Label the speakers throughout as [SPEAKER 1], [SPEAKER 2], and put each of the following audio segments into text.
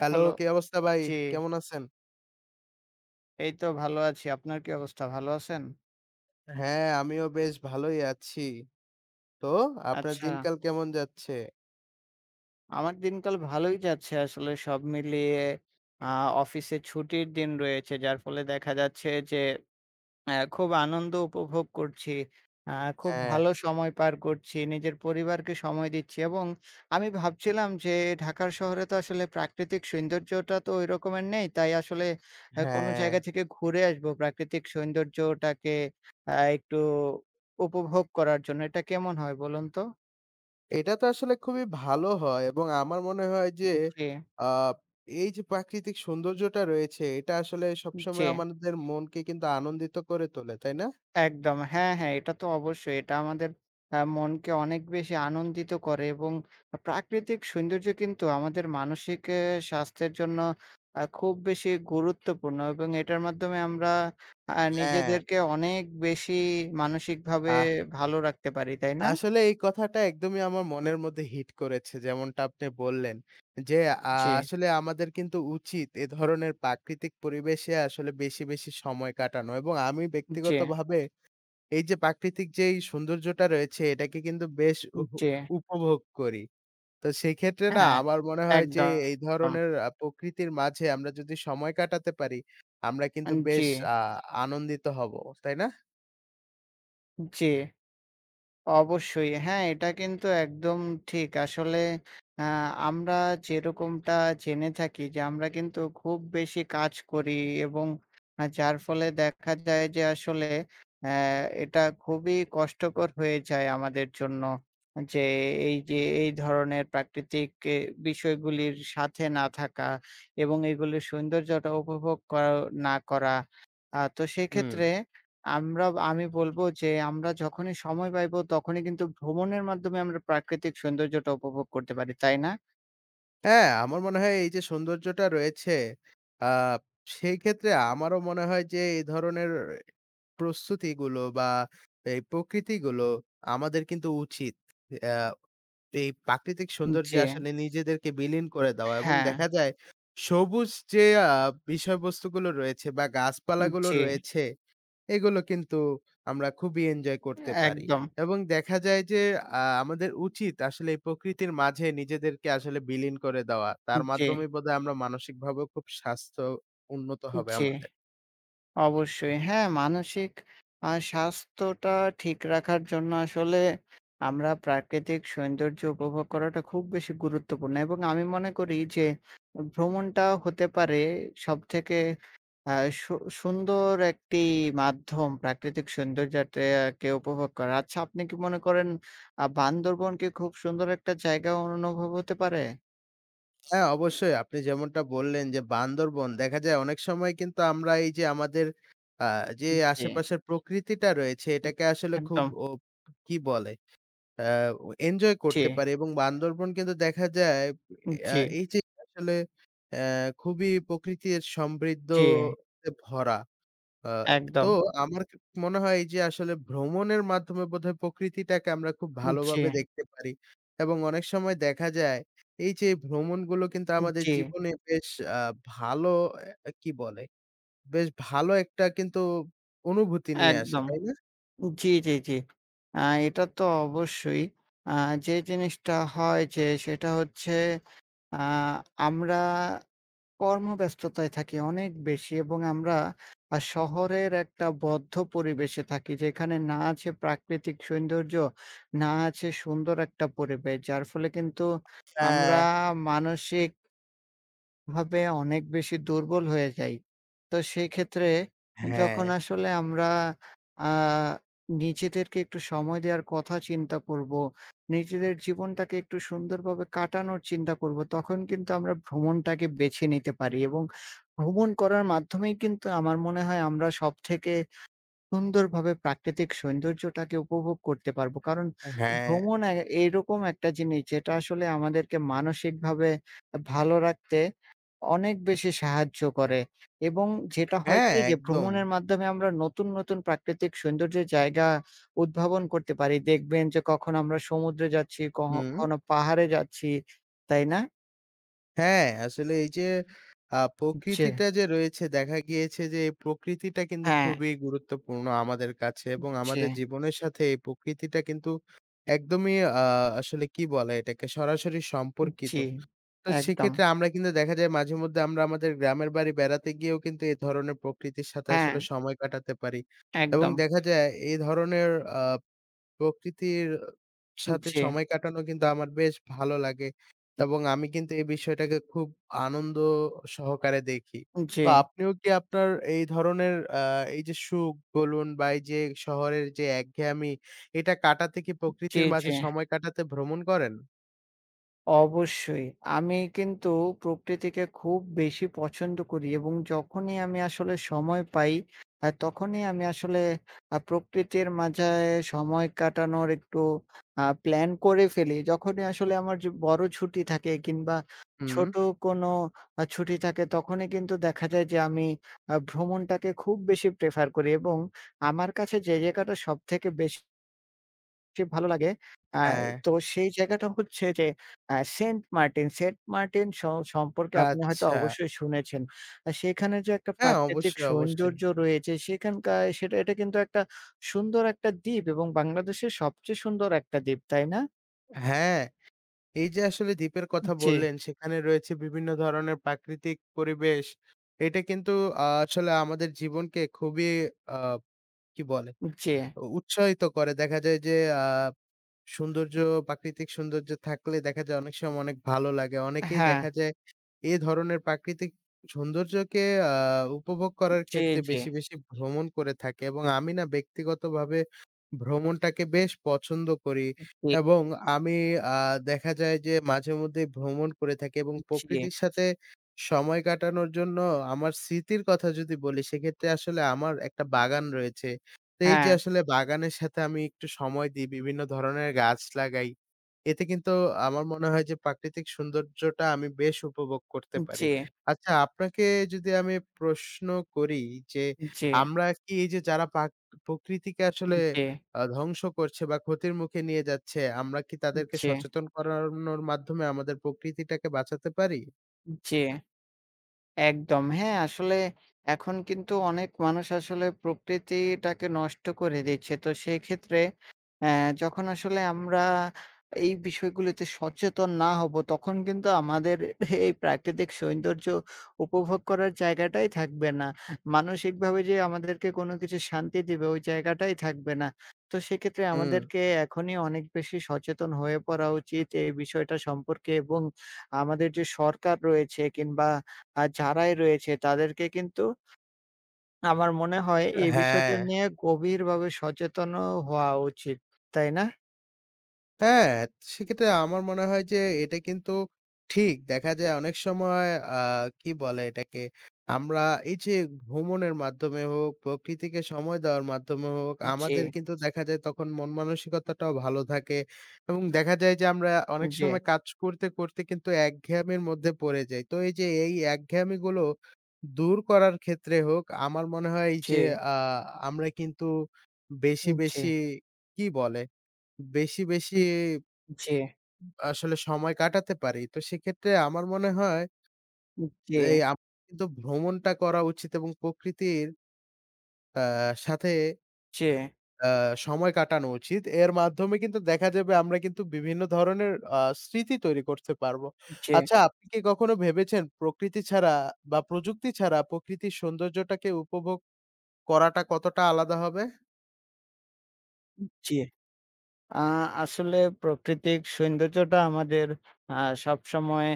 [SPEAKER 1] Hello,
[SPEAKER 2] hello,
[SPEAKER 1] কি অবস্থা ভাই?
[SPEAKER 2] জি,
[SPEAKER 1] কেমন আছেন?
[SPEAKER 2] এই তো ভালো আছি। আপনার কি অবস্থা? ভালো আছেন?
[SPEAKER 1] হ্যাঁ, আমিও বেশ ভালোই আছি। তো আপনার
[SPEAKER 2] আচ্ছা,
[SPEAKER 1] দিনকাল কেমন যাচ্ছে?
[SPEAKER 2] আমার দিনকাল ভালোই যাচ্ছে আসলে সব মিলিয়ে। আ অফিসে ছুটির দিন রয়েছে যার ফলে দেখা যাচ্ছে যে হ্যাঁ, খুব আনন্দ উপভোগ করছি। আ খুব
[SPEAKER 1] হ্যাঁ,
[SPEAKER 2] ভালো সময় পার করছি। নিজের পরিবারকে সময় দিচ্ছি এবং আমি ভাবছিলাম যে ঢাকার শহরে তো আসলে প্রাকৃতিক সৌন্দর্যটা তো ওই রকমের নেই। তাই আসলে কোনো
[SPEAKER 1] হ্যাঁ।
[SPEAKER 2] জায়গা থেকে ঘুরে আসবো প্রাকৃতিক সৌন্দর্যটাকে একটু উপভোগ করার জন্য। এটা কেমন হয় বলুন তো?
[SPEAKER 1] এটা তো আসলে খুবই ভালো হয় এবং আমার মনে হয় যে
[SPEAKER 2] জি,
[SPEAKER 1] আ এই যে প্রাকৃতিক সৌন্দর্যটা রয়েছে, এটা আসলে
[SPEAKER 2] জি।
[SPEAKER 1] সবসময় আমাদের মনকে কিন্তু আনন্দিত করে তোলে, তাই না?
[SPEAKER 2] একদম। হ্যাঁ, হ্যাঁ, এটা তো অবশ্যই। এটা আমাদের মনকে অনেক বেশি আনন্দিত করে এবং প্রাকৃতিক সৌন্দর্য কিন্তু আমাদের মানসিক স্বাস্থ্যের জন্য খুব বেশি গুরুত্বপূর্ণ এবং এটার মাধ্যমে আমরা আ
[SPEAKER 1] হ্যাঁ।
[SPEAKER 2] নিজেদেরকে অনেক বেশি মানসিকভাবে ভালো রাখতে পারি, তাই না?
[SPEAKER 1] আসলে এই কথাটা একদমই আমার মনের মধ্যে হিট করেছে। যেমনটা আপনি বললেন যে, আ
[SPEAKER 2] জি,
[SPEAKER 1] আসলে আমাদের কিন্তু উচিত এ ধরনের প্রাকৃতিক পরিবেশে আসলে বেশি, বেশি সময় কাটানো এবং আমি
[SPEAKER 2] জি,
[SPEAKER 1] ব্যক্তিগতভাবে এই যে প্রাকৃতিক যেই সৌন্দর্যটা রয়েছে এটাকে কিন্তু বেশ
[SPEAKER 2] জি।
[SPEAKER 1] উপভোগ করি। তো সেক্ষেত্রে না
[SPEAKER 2] হ্যাঁ,
[SPEAKER 1] আমার মনে হয় যে এই
[SPEAKER 2] একদম।
[SPEAKER 1] ধরনের প্রকৃতির মাঝে আমরা যদি সময় কাটাতে পারি, আমরা কিন্তু বেশ
[SPEAKER 2] জি,
[SPEAKER 1] আ আনন্দিত হব। তাই না?
[SPEAKER 2] জি। অবশ্যই। হ্যাঁ, এটা কিন্তু একদম ঠিক। আসলে আ আমরা যেরকমটা জেনে থাকি যে আমরা কিন্তু খুব বেশি কাজ করি এবং যার ফলে দেখা যায় যে আসলে অ্যা এটা খুবই কষ্টকর হয়ে যায় আমাদের জন্য। যে এই যে এই ধরনের প্রাকৃতিক এ বিষয়গুলির সাথে না থাকা এবং এগুলির সৌন্দর্যটা উপভোগ করা না করা। তো
[SPEAKER 1] হুম।
[SPEAKER 2] সেক্ষেত্রে আমরা আমি বলব যে আমরা যখনই সময় পাইব তখনই কিন্তু ভ্রমণের মাধ্যমে আমরা প্রাকৃতিক সৌন্দর্যটা উপভোগ করতে পারি, তাই না?
[SPEAKER 1] হ্যাঁ, আমার মনে হয় এই যে সৌন্দর্যটা রয়েছে, আ সেই ক্ষেত্রে আমারও মনে হয় যে এই ধরনের প্রস্তুতিগুলো বা এই প্রকৃতিগুলো আমাদের কিন্তু উচিত। আ এই প্রাকৃতিক সৌন্দর্যে
[SPEAKER 2] জি,
[SPEAKER 1] আসলে নিজেদেরকে বিলীন করে দেওয়া এবং
[SPEAKER 2] হ্যাঁ,
[SPEAKER 1] দেখা যায় সবুজ যে বিষয়বস্তুগুলো রয়েছে বা গাছপালাগুলো
[SPEAKER 2] জি,
[SPEAKER 1] রয়েছে এগুলো কিন্তু আমরা খুবই এনজয় করতে পারি।
[SPEAKER 2] একদম।
[SPEAKER 1] এবং দেখা যায় যে আমাদের উচিত আসলে এই প্রকৃতির মাঝে নিজেদেরকে আসলে বিলীন করে দেওয়া। তার
[SPEAKER 2] জি,
[SPEAKER 1] মাধ্যমেই বোধহয় আমরা মানসিকভাবেও খুব স্বাস্থ্য উন্নত হবে
[SPEAKER 2] জি।
[SPEAKER 1] আমাদের।
[SPEAKER 2] অবশ্যই। হ্যাঁ, মানসিক স্বাস্থ্যটা ঠিক রাখার জন্য আসলে আমরা প্রাকৃতিক সৌন্দর্য উপভোগ করাটা খুব বেশি গুরুত্বপূর্ণ এবং আমি মনে করি যে ভ্রমণটা হতে পারে সবথেকে আ সু সুন্দর একটি মাধ্যম প্রাকৃতিক সৌন্দর্যটাকে উপভোগ করা। আচ্ছা আপনি কি মনে করেন বান্দরবন কি খুব সুন্দর একটা জায়গা অনুভব হতে পারে?
[SPEAKER 1] হ্যাঁ, অবশ্যই আপনি যেমনটা বললেন যে বান্দরবন দেখা যায় অনেক সময় কিন্তু আমরা এই যে আমাদের আ যে
[SPEAKER 2] জি,
[SPEAKER 1] আশেপাশের প্রকৃতিটা রয়েছে এটাকে আসলে খুব
[SPEAKER 2] একদম।
[SPEAKER 1] ও কি বলে? ও এনজয়
[SPEAKER 2] জি,
[SPEAKER 1] করতে পারে এবং বান্দরবন কিন্তু দেখা যায়
[SPEAKER 2] জি,
[SPEAKER 1] এই যে আসলে অ্যা খুবই প্রকৃতির
[SPEAKER 2] জি,
[SPEAKER 1] সমৃদ্ধতে ভরা। আ তো
[SPEAKER 2] একদম।
[SPEAKER 1] আমার মনে হয় এই যে আসলে ভ্রমণের মাধ্যমে বোধহয় প্রকৃতিটাকে আমরা খুব
[SPEAKER 2] জি।
[SPEAKER 1] ভালোভাবে দেখতে পারি এবং অনেক সময় দেখা যায় এই যে ভ্রমণগুলো কিন্তু আমাদের
[SPEAKER 2] জি,
[SPEAKER 1] জীবনে বেশ আ ভালো অ্যা কি বলে? বেশ ভালো একটা কিন্তু অনুভূতি নিয়ে আসে,
[SPEAKER 2] একদম।
[SPEAKER 1] তাই না?
[SPEAKER 2] জি, জি, জি। আ এটা তো অবশ্যই। আ যে জিনিসটা হয় যে সেটা হচ্ছে আ আমরা কর্মব্যস্ততায় থাকি অনেক বেশি এবং আমরা শহরের একটা বদ্ধ পরিবেশে থাকি যেখানে না আছে প্রাকৃতিক সৌন্দর্য, না আছে সুন্দর একটা পরিবেশ। যার ফলে কিন্তু
[SPEAKER 1] হ্যাঁ।
[SPEAKER 2] আমরা মানসিক ভাবে অনেক বেশি দুর্বল হয়ে যাই। তো সেক্ষেত্রে
[SPEAKER 1] হ্যাঁ,
[SPEAKER 2] যখন আসলে আমরা আ নিজেদেরকে একটু সময় দেওয়ার কথা চিন্তা করব, নিজেদের জীবনটাকে একটু সুন্দরভাবে কাটানোর চিন্তা করব, তখন কিন্তু আমরা ভ্রমণটাকে বেছে নিতে পারি এবং ভ্রমণ করার মাধ্যমেই কিন্তু আমার মনে হয় আমরা সবথেকে সুন্দরভাবে প্রাকৃতিক সৌন্দর্যটাকে উপভোগ করতে পারবো। কারণ
[SPEAKER 1] হ্যাঁ,
[SPEAKER 2] ভ্রমণ এরকম একটা জিনিস যেটা আসলে আমাদেরকে মানসিকভাবে ভালো রাখতে অনেক বেশি সাহায্য করে এবং যেটা হয়
[SPEAKER 1] হ্যাঁ,
[SPEAKER 2] কি যে
[SPEAKER 1] একদম।
[SPEAKER 2] ভ্রমণের মাধ্যমে আমরা নতুন, নতুন প্রাকৃতিক সৌন্দর্যের জায়গা উদ্ভাবন করতে পারি। দেখবেন যে কখন আমরা সমুদ্রে যাচ্ছি,
[SPEAKER 1] হুম।
[SPEAKER 2] কখনো পাহাড়ে যাচ্ছি, তাই না?
[SPEAKER 1] হ্যাঁ, আসলে এই যে
[SPEAKER 2] জি,
[SPEAKER 1] প্রকৃতিটা যে রয়েছে দেখা গিয়েছে যে এই প্রকৃতিটা কিন্তু
[SPEAKER 2] হ্যাঁ,
[SPEAKER 1] খুবই গুরুত্বপূর্ণ আমাদের কাছে এবং
[SPEAKER 2] জি,
[SPEAKER 1] আমাদের জীবনের সাথে এই প্রকৃতিটা কিন্তু একদমই আ আসলে কি বলে এটাকে সরাসরি সম্পর্কিত।
[SPEAKER 2] জি,
[SPEAKER 1] তো
[SPEAKER 2] একদম।
[SPEAKER 1] সেক্ষেত্রে আমরা কিন্তু দেখা যায় মাঝেমধ্যে আমরা আমাদের গ্রামের বাড়ি বেড়াতে গিয়েও কিন্তু এ ধরনের প্রকৃতির সাথে
[SPEAKER 2] হ্যাঁ,
[SPEAKER 1] আসলে সময় কাটাতে পারি এবং
[SPEAKER 2] একদম।
[SPEAKER 1] দেখা যায় এই ধরনের আ প্রকৃতির সাথে
[SPEAKER 2] জি,
[SPEAKER 1] সময় কাটানো কিন্তু আমার বেশ ভালো লাগে এবং আমি কিন্তু এই বিষয়টাকে খুব আনন্দ সহকারে দেখি।
[SPEAKER 2] জি।
[SPEAKER 1] তো আপনিও কি আপনার এই ধরনের এই যে সুখ বলুন বা এই যে শহরের যে একঘেয়েমি এটা কাটাতে কি
[SPEAKER 2] জি,
[SPEAKER 1] প্রকৃতির মাঝে
[SPEAKER 2] জি।
[SPEAKER 1] সময় কাটাতে ভ্রমণ করেন?
[SPEAKER 2] অবশ্যই। আমি কিন্তু প্রকৃতিকে খুব বেশি পছন্দ করি এবং যখনই আমি আসলে সময় পাই, তখনই আমি আসলে প্রকৃতির মাঝে সময় কাটানোর একটু প্ল্যান করে ফেলি। যখনই আসলে আমার যে বড় ছুটি থাকে কিংবা
[SPEAKER 1] হুম।
[SPEAKER 2] ছোট কোনো ছুটি থাকে, তখনই কিন্তু দেখা যায় যে আমি ভ্রমণটাকে খুব বেশি প্রেফার করি এবং আমার কাছে যে জায়গাটা সবথেকে বেশি ভালো লাগে। আ
[SPEAKER 1] হ্যাঁ,
[SPEAKER 2] তো সেই জায়গাটা হচ্ছে যে সেন্ট মার্টিন, সেন্ট মার্টিন সম্পর্কে আপনি হয়তো
[SPEAKER 1] আচ্ছা।
[SPEAKER 2] অবশ্যই শুনেছেন। সেখানে যে একটা
[SPEAKER 1] হ্যাঁ,
[SPEAKER 2] প্রাকৃতিক
[SPEAKER 1] অবশ্যই, অবশ্যই।
[SPEAKER 2] সৌন্দর্য রয়েছে সেখানকার সেটা এটা কিন্তু একটা সুন্দর একটা দ্বীপ এবং বাংলাদেশের সবচেয়ে সুন্দর একটা দ্বীপ, তাই না?
[SPEAKER 1] হ্যাঁ। এই যে আসলে দ্বীপের কথা
[SPEAKER 2] জি,
[SPEAKER 1] বললেন, সেখানে রয়েছে বিভিন্ন ধরনের প্রাকৃতিক পরিবেশ। এটা কিন্তু আসলে আমাদের জীবনকে খুবই আ কি বলে?
[SPEAKER 2] জি।
[SPEAKER 1] উৎসাহিত করে। দেখা যায় যে আ সৌন্দর্য, প্রাকৃতিক সৌন্দর্য থাকলে দেখা যায় অনেক সময় অনেক ভালো লাগে। অনেকেই
[SPEAKER 2] হ্যাঁ।
[SPEAKER 1] দেখা যায় এ ধরনের প্রাকৃতিক সৌন্দর্যকে আ উপভোগ করার
[SPEAKER 2] জি,
[SPEAKER 1] ক্ষেত্রে
[SPEAKER 2] জি,
[SPEAKER 1] বেশি, বেশি ভ্রমণ করে থাকে এবং আমি না ব্যক্তিগতভাবে ভ্রমণটাকে বেশ পছন্দ করি
[SPEAKER 2] জি,
[SPEAKER 1] এবং আমি আ দেখা যায় যে মাঝেমধ্যেই ভ্রমণ করে থাকি এবং
[SPEAKER 2] জি।
[SPEAKER 1] প্রকৃতির সাথে সময় কাটানোর জন্য আমার স্মৃতির কথা যদি বলি, সেক্ষেত্রে আসলে আমার একটা বাগান রয়েছে। তো এই
[SPEAKER 2] হ্যাঁ।
[SPEAKER 1] যে আসলে বাগানের সাথে আমি একটু সময় দিই, বিভিন্ন ধরনের গাছ লাগাই। এতে কিন্তু আমার মনে হয় যে প্রাকৃতিক সৌন্দর্যটা আমি বেশ উপভোগ করতে পারি।
[SPEAKER 2] জি,
[SPEAKER 1] আচ্ছা আপনাকে যদি আমি প্রশ্ন করি যে
[SPEAKER 2] জি,
[SPEAKER 1] আমরা কি এই যে যারা প্রকৃতিকে আসলে
[SPEAKER 2] জি,
[SPEAKER 1] আ ধ্বংস করছে বা ক্ষতির মুখে নিয়ে যাচ্ছে, আমরা কি তাদেরকে
[SPEAKER 2] জি,
[SPEAKER 1] সচেতন করানোর মাধ্যমে আমাদের প্রকৃতিটাকে বাঁচাতে পারি?
[SPEAKER 2] জি। একদম। হ্যাঁ, আসলে এখন কিন্তু অনেক মানুষ আসলে প্রকৃতিটাকে নষ্ট করে দিচ্ছে। তো সেক্ষেত্রে অ্যা যখন আসলে আমরা এই বিষয়গুলোতে সচেতন না হব, তখন কিন্তু আমাদের এই প্রাকৃতিক সৌন্দর্য উপভোগ করার জায়গাটাই থাকবে না। মানসিকভাবে যে আমাদেরকে কোনো কিছু শান্তি দিবে, ওই জায়গাটাই থাকবে না। তো সেক্ষেত্রে
[SPEAKER 1] হুম।
[SPEAKER 2] আমাদেরকে এখনই অনেক বেশি সচেতন হয়ে পড়া উচিত এই বিষয়টা সম্পর্কে এবং আমাদের যে সরকার রয়েছে কিংবা যারাই রয়েছে তাদেরকে কিন্তু আমার মনে হয় এই
[SPEAKER 1] হ্যাঁ।
[SPEAKER 2] বিষয়টা নিয়ে গভীরভাবে সচেতনও হওয়া উচিত। তাই না?
[SPEAKER 1] হ্যাঁ, সেক্ষেত্রে আমার মনে হয় যে এটা কিন্তু ঠিক। দেখা যায় অনেক সময় আ কি বলে এটাকে? আমরা এই যে ভ্রমণের মাধ্যমে হোক, প্রকৃতিকে সময় দেওয়ার মাধ্যমে হোক,
[SPEAKER 2] জি,
[SPEAKER 1] আমাদের কিন্তু দেখা যায় তখন মন মানসিকতাটাও ভালো থাকে এবং দেখা যায় যে আমরা অনেক
[SPEAKER 2] জি,
[SPEAKER 1] সময় কাজ করতে, করতে কিন্তু একঘেয়ামির মধ্যে পড়ে যাই। তো এই যে এই একঘেয়ামিগুলো দূর করার ক্ষেত্রে হোক, আমার মনে হয় এই
[SPEAKER 2] জি,
[SPEAKER 1] যে
[SPEAKER 2] জি,
[SPEAKER 1] আ আমরা কিন্তু বেশি, বেশি কি বলে? বেশি, বেশি
[SPEAKER 2] জি,
[SPEAKER 1] আসলে সময় কাটাতে পারি। তো সেক্ষেত্রে আমার মনে হয়
[SPEAKER 2] জি,
[SPEAKER 1] এই আমার কিন্তু ভ্রমণটা করা উচিত এবং প্রকৃতির আ সাথে
[SPEAKER 2] জি,
[SPEAKER 1] আ সময় কাটানো উচিত। এর মাধ্যমে কিন্তু দেখা যাবে আমরা কিন্তু বিভিন্ন ধরনের স্মৃতি তৈরি করতে পারবো।
[SPEAKER 2] জি,
[SPEAKER 1] আচ্ছা আপনি কি কখনো ভেবেছেন প্রকৃতি ছাড়া বা প্রযুক্তি ছাড়া প্রকৃতির সৌন্দর্যটাকে উপভোগ করাটা কতটা আলাদা হবে?
[SPEAKER 2] জি। আ আসলে প্রাকৃতিক সৌন্দর্যটা আমাদের আ সবসময়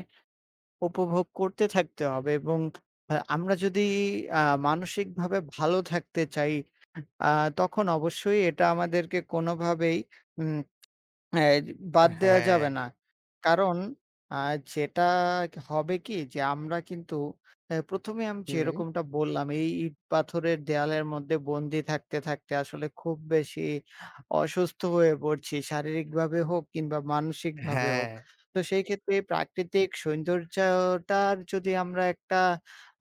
[SPEAKER 2] উপভোগ করতে থাকতে হবে এবং আমরা যদি আ মানসিকভাবে ভালো থাকতে চাই আ তখন অবশ্যই এটা আমাদেরকে কোনোভাবেই উম হ্যাঁ, বাদ দেয়া
[SPEAKER 1] হ্যাঁ।
[SPEAKER 2] যাবে না। কারণ আ যেটা হবে কি যে আমরা কিন্তু ১ম এ আমি
[SPEAKER 1] হুম।
[SPEAKER 2] যেরকমটা বললাম এই ইট পাথরের দেয়ালের মধ্যে বন্দি থাকতে, থাকতে আসলে খুব বেশি অসুস্থ হয়ে পড়ছি শারীরিকভাবে হোক কিংবা মানসিকভাবে
[SPEAKER 1] হ্যাঁ।
[SPEAKER 2] হোক। তো সেই ক্ষেত্রে এই প্রাকৃতিক সৌন্দর্যটার যদি আমরা একটা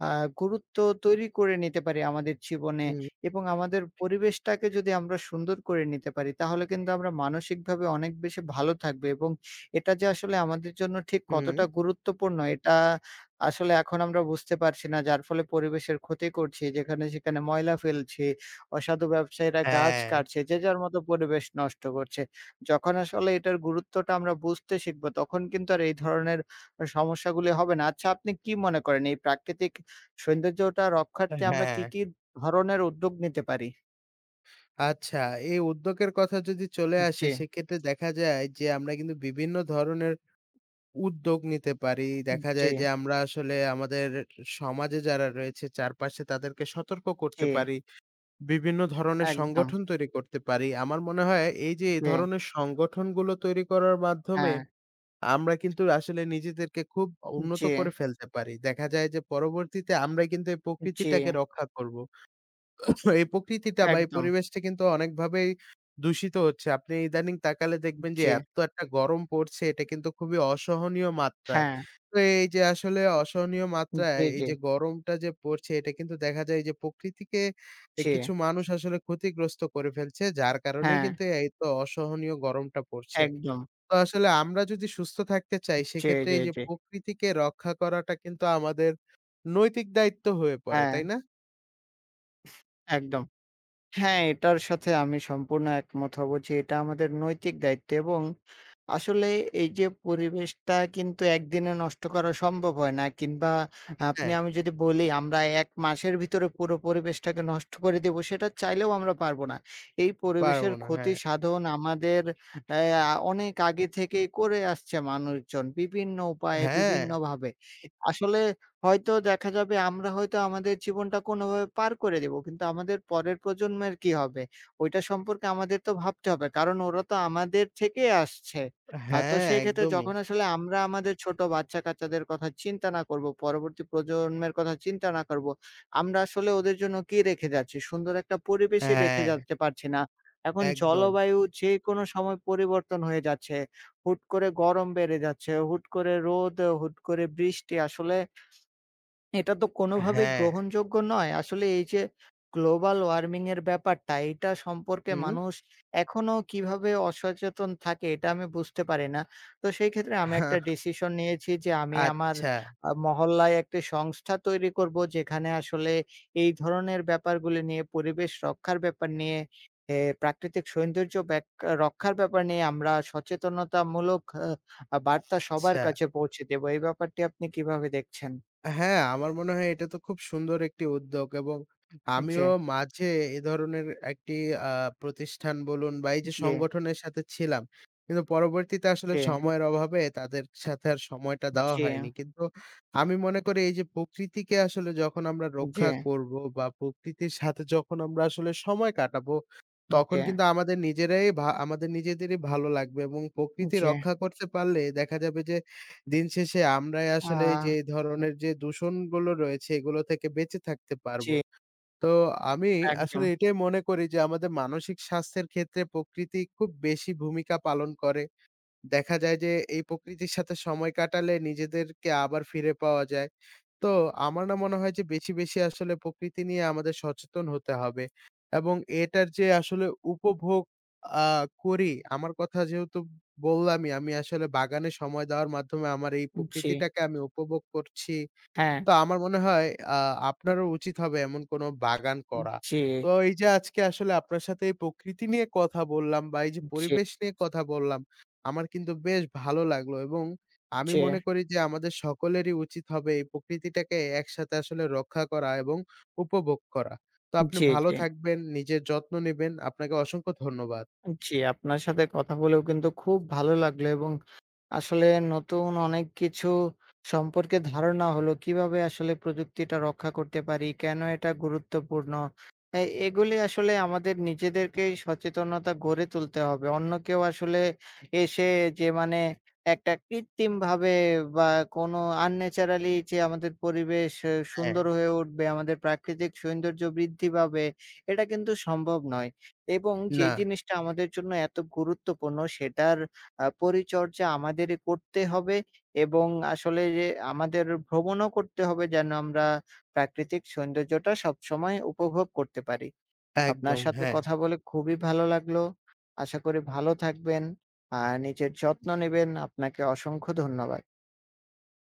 [SPEAKER 2] আ গুরুত্ব তৈরি করে নিতে পারি আমাদের জীবনে
[SPEAKER 1] হুম,
[SPEAKER 2] এবং আমাদের পরিবেশটাকে যদি আমরা সুন্দর করে নিতে পারি তাহলে কিন্তু আমরা মানসিকভাবে অনেক বেশি ভালো থাকবো এবং এটা যে আসলে আমাদের জন্য ঠিক
[SPEAKER 1] হুম।
[SPEAKER 2] কতটা গুরুত্বপূর্ণ এটা আসলে এখন আমরা বুঝতে পারছি না যার ফলে পরিবেশের ক্ষতি করছি যেখানে সেখানে ময়লা ফেলছি অসাধু ব্যবসায়ীরা গাছ
[SPEAKER 1] হ্যাঁ,
[SPEAKER 2] কাটছে যে যার মতো পরিবেশ নষ্ট করছে যখন আসলে এটার গুরুত্বটা আমরা বুঝতে শিখবো তখন কিন্তু আর এই ধরনের সমস্যাগুলি হবে না। আচ্ছা আপনি কি মনে করেন এই প্রাকৃতিক সৌন্দর্যটা রক্ষার্থে আমরা
[SPEAKER 1] হ্যাঁ।
[SPEAKER 2] কি কি ধরনের উদ্যোগ নিতে পারি?
[SPEAKER 1] আচ্ছা, এই উদ্যোগের কথা যদি চলে আসে
[SPEAKER 2] জি,
[SPEAKER 1] সেক্ষেত্রে দেখা যায় যে আমরা কিন্তু বিভিন্ন ধরনের উদ্যোগ নিতে পারি। দেখা
[SPEAKER 2] জি,
[SPEAKER 1] যায় যে আমরা আসলে আমাদের সমাজে যারা রয়েছে চারপাশে তাদেরকে সতর্ক করতে
[SPEAKER 2] জি,
[SPEAKER 1] পারি। বিভিন্ন ধরনের
[SPEAKER 2] একদম।
[SPEAKER 1] সংগঠন তৈরি করতে পারি। আমার মনে হয় এই যে এই
[SPEAKER 2] জি,
[SPEAKER 1] ধরনের সংগঠনগুলো তৈরি করার মাধ্যমে
[SPEAKER 2] হ্যাঁ,
[SPEAKER 1] আমরা কিন্তু আসলে নিজেদেরকে খুব উন্নত
[SPEAKER 2] জি,
[SPEAKER 1] করে ফেলতে পারি। দেখা যায় যে পরবর্তীতে আমরা কিন্তু এই
[SPEAKER 2] জি,
[SPEAKER 1] প্রকৃতিটাকে রক্ষা করব। এই প্রকৃতিটা বা এই
[SPEAKER 2] একদম।
[SPEAKER 1] পরিবেশটা কিন্তু অনেকভাবেই দূষিত হচ্ছে। আপনি ইদানিং তাকালে দেখবেন যে
[SPEAKER 2] জি,
[SPEAKER 1] এত একটা গরম পড়ছে এটা কিন্তু খুবই অসহনীয় মাত্রায়।
[SPEAKER 2] হ্যাঁ,
[SPEAKER 1] তো এই যে আসলে অসহনীয় মাত্রায়
[SPEAKER 2] জি,
[SPEAKER 1] এই
[SPEAKER 2] জি,
[SPEAKER 1] যে গরমটা যে পড়ছে এটা কিন্তু দেখা যায় যে প্রকৃতিকে
[SPEAKER 2] জি,
[SPEAKER 1] কিছু মানুষ আসলে ক্ষতিগ্রস্ত করে ফেলছে। যার কারণেই
[SPEAKER 2] হ্যাঁ,
[SPEAKER 1] কিন্তু এই তো অসহনীয় গরমটা পড়ছে।
[SPEAKER 2] একদম।
[SPEAKER 1] তো আসলে আমরা যদি সুস্থ থাকতে চাই
[SPEAKER 2] জি,
[SPEAKER 1] সেক্ষেত্রে
[SPEAKER 2] জি,
[SPEAKER 1] এই যে
[SPEAKER 2] জি,
[SPEAKER 1] প্রকৃতিকে রক্ষা করাটা কিন্তু আমাদের নৈতিক দায়িত্ব হয়ে পড়ে,
[SPEAKER 2] হ্যাঁ,
[SPEAKER 1] তাই না?
[SPEAKER 2] একদম। হ্যাঁ, এটার সাথে আমি সম্পূর্ণ একমত হব যে এটা আমাদের নৈতিক দায়িত্ব এবং আসলে এই যে পরিবেশটা কিন্তু একদিনে নষ্ট করা সম্ভব হয় না কিংবা আপনি
[SPEAKER 1] হ্যাঁ,
[SPEAKER 2] আমি যদি বলি আমরা ১ মাসের ভিতরে পুরো পরিবেশটাকে নষ্ট করে দেব সেটা চাইলেও আমরা পারব না। এই
[SPEAKER 1] পারব
[SPEAKER 2] পরিবেশের
[SPEAKER 1] না।
[SPEAKER 2] ক্ষতি
[SPEAKER 1] হ্যাঁ।
[SPEAKER 2] সাধন আমাদের অ্যা অনেক আগে থেকেই করে আসছে মানুষজন বিভিন্ন উপায়ে
[SPEAKER 1] হ্যাঁ,
[SPEAKER 2] বিভিন্নভাবে। আসলে হয়তো দেখা যাবে আমরা হয়তো আমাদের জীবনটা কোনোভাবে পার করে দেব। কিন্তু আমাদের পরের প্রজন্মের কি হবে? ওইটা সম্পর্কে আমাদের তো ভাবতে হবে। কারণ ওরা তো আমাদের থেকে আসছে। তো
[SPEAKER 1] হ্যাঁ,
[SPEAKER 2] সেই ক্ষেত্রে
[SPEAKER 1] একদমই।
[SPEAKER 2] যখন আসলে আমরা আমাদের ছোট বাচ্চা-কাচ্চাদের কথা চিন্তা না করব, পরবর্তী প্রজন্মের কথা চিন্তা না করব, আমরা আসলে ওদের জন্য কি রেখে যাচ্ছি? সুন্দর একটা পরিবেশই রেখে
[SPEAKER 1] হ্যাঁ,
[SPEAKER 2] যাচ্ছে পারছি না। এখন
[SPEAKER 1] একদম।
[SPEAKER 2] জলবায়ু যেকোনো সময় পরিবর্তন হয়ে যাচ্ছে। হুট করে গরম বেড়ে যাচ্ছে, হুট করে রোদ, হুট করে বৃষ্টি। আসলে এটা তো কোনোভাবেই
[SPEAKER 1] হ্যাঁ,
[SPEAKER 2] গ্রহণযোগ্য নয়। আসলে এই যে গ্লোবাল ওয়ার্মিং এর ব্যাপারটা, এটা সম্পর্কে
[SPEAKER 1] হুম।
[SPEAKER 2] মানুষ এখনো কিভাবে অসচেতন থাকে এটা আমি বুঝতে পারি না। তো সেই ক্ষেত্রে আমি একটা ডিসিশন নিয়েছি যে আমি আমার
[SPEAKER 1] আচ্ছা,
[SPEAKER 2] মহল্লায় একটি সংস্থা তৈরি করব যেখানে আসলে এই ধরনের ব্যাপারগুলি নিয়ে পরিবেশ রক্ষার ব্যাপার নিয়ে এ প্রাকৃতিক সৌন্দর্য রক্ষার ব্যাপার নিয়ে আমরা সচেতনতামূলক বার্তা সবার
[SPEAKER 1] আচ্ছা।
[SPEAKER 2] কাছে পৌঁছে দেব। এই ব্যাপারটি আপনি কিভাবে দেখছেন?
[SPEAKER 1] হ্যাঁ, আমার মনে হয় এটা তো খুব সুন্দর একটি উদ্যোগ এবং
[SPEAKER 2] জি।
[SPEAKER 1] আমিও মাঝে এ ধরনের একটি আ প্রতিষ্ঠান বলুন বা এই যে
[SPEAKER 2] জি,
[SPEAKER 1] সংগঠনের সাথে ছিলাম। কিন্তু পরবর্তীতে আসলে
[SPEAKER 2] জি,
[SPEAKER 1] সময়ের অভাবে তাদের সাথে আর সময়টা দেওয়া
[SPEAKER 2] জি,
[SPEAKER 1] হয়নি। কিন্তু আমি মনে করি এই যে প্রকৃতিকে আসলে যখন আমরা
[SPEAKER 2] জি,
[SPEAKER 1] রক্ষা করব বা প্রকৃতির সাথে যখন আমরা আসলে সময় কাটাবো,
[SPEAKER 2] জি,
[SPEAKER 1] তখন কিন্তু আমাদের নিজেরাই ভা আমাদের নিজেদেরই ভালো লাগবে এবং প্রকৃতি
[SPEAKER 2] জি,
[SPEAKER 1] রক্ষা করতে পারলে দেখা যাবে যে দিন শেষে আমরাই
[SPEAKER 2] আ
[SPEAKER 1] আসলে এই যে এই ধরনের যে দূষণগুলো রয়েছে এগুলো থেকে বেঁচে থাকতে
[SPEAKER 2] জি,
[SPEAKER 1] পারবো। তো আমি
[SPEAKER 2] একদম।
[SPEAKER 1] আসলে এটাই মনে করি যে আমাদের মানসিক স্বাস্থ্যের ক্ষেত্রে প্রকৃতি খুব বেশি ভূমিকা পালন করে। দেখা যায় যে এই প্রকৃতির সাথে সময় কাটালে নিজেদেরকে আবার ফিরে পাওয়া যায়। তো আমার না মনে হয় যে বেশি, বেশি আসলে প্রকৃতি নিয়ে আমাদের সচেতন হতে হবে এবং এটার যে আসলে উপভোগ আ করি, আমার কথা যেহেতু বললামই আমি আসলে বাগানে সময় দেওয়ার মাধ্যমে আমার এই
[SPEAKER 2] জি,
[SPEAKER 1] প্রকৃতিটাকে আমি উপভোগ করছি।
[SPEAKER 2] হ্যাঁ,
[SPEAKER 1] তো আমার মনে হয় আ আপনারও উচিত হবে এমন কোনো বাগান করা।
[SPEAKER 2] জি,
[SPEAKER 1] তো এই যে আজকে আসলে আপনার সাথে এই প্রকৃতি নিয়ে কথা বললাম বা এই যে
[SPEAKER 2] জি,
[SPEAKER 1] পরিবেশ নিয়ে কথা বললাম, আমার কিন্তু বেশ ভালো লাগলো এবং আমি
[SPEAKER 2] জি,
[SPEAKER 1] মনে করি যে আমাদের সকলেরই উচিত হবে এই প্রকৃতিটাকে একসাথে আসলে রক্ষা করা এবং উপভোগ করা। তো আপনি
[SPEAKER 2] জি,
[SPEAKER 1] ভালো
[SPEAKER 2] জি।
[SPEAKER 1] থাকবেন, নিজের যত্ন নিবেন। আপনাকে অসংখ্য ধন্যবাদ।
[SPEAKER 2] জি, আপনার সাথে কথা বলেও কিন্তু খুব ভালো লাগলো এবং আসলে নতুন অনেক কিছু সম্পর্কে ধারণা হলো। কিভাবে আসলে প্রযুক্তিটা রক্ষা করতে পারি, কেন এটা গুরুত্বপূর্ণ। এ এগুলি আসলে আমাদের নিজেদেরকেই সচেতনতা গড়ে তুলতে হবে। অন্য কেউ আসলে এসে যে মানে একটা কৃত্রিমভাবে বা কোনো আনন্যাচারালি যে আমাদের পরিবেশ
[SPEAKER 1] হ্যাঁ,
[SPEAKER 2] সুন্দর হয়ে উঠবে, আমাদের প্রাকৃতিক সৌন্দর্য বৃদ্ধি পাবে, এটা কিন্তু সম্ভব নয়। এবং যে
[SPEAKER 1] না,
[SPEAKER 2] জিনিসটা আমাদের জন্য এত গুরুত্বপূর্ণ সেটার পরিচর্যা আমাদেরই করতে হবে এবং আসলে যে আমাদের ভ্রমণও করতে হবে যেন আমরা প্রাকৃতিক সৌন্দর্যটা সবসময় উপভোগ করতে পারি। আপনার
[SPEAKER 1] একদম,
[SPEAKER 2] সাথে
[SPEAKER 1] হ্যাঁ।
[SPEAKER 2] কথা বলে খুবই ভালো লাগলো। আশা করি ভালো থাকবেন। আর নিজের যত্ন নিবেন। আপনাকে অসংখ্য ধন্যবাদ।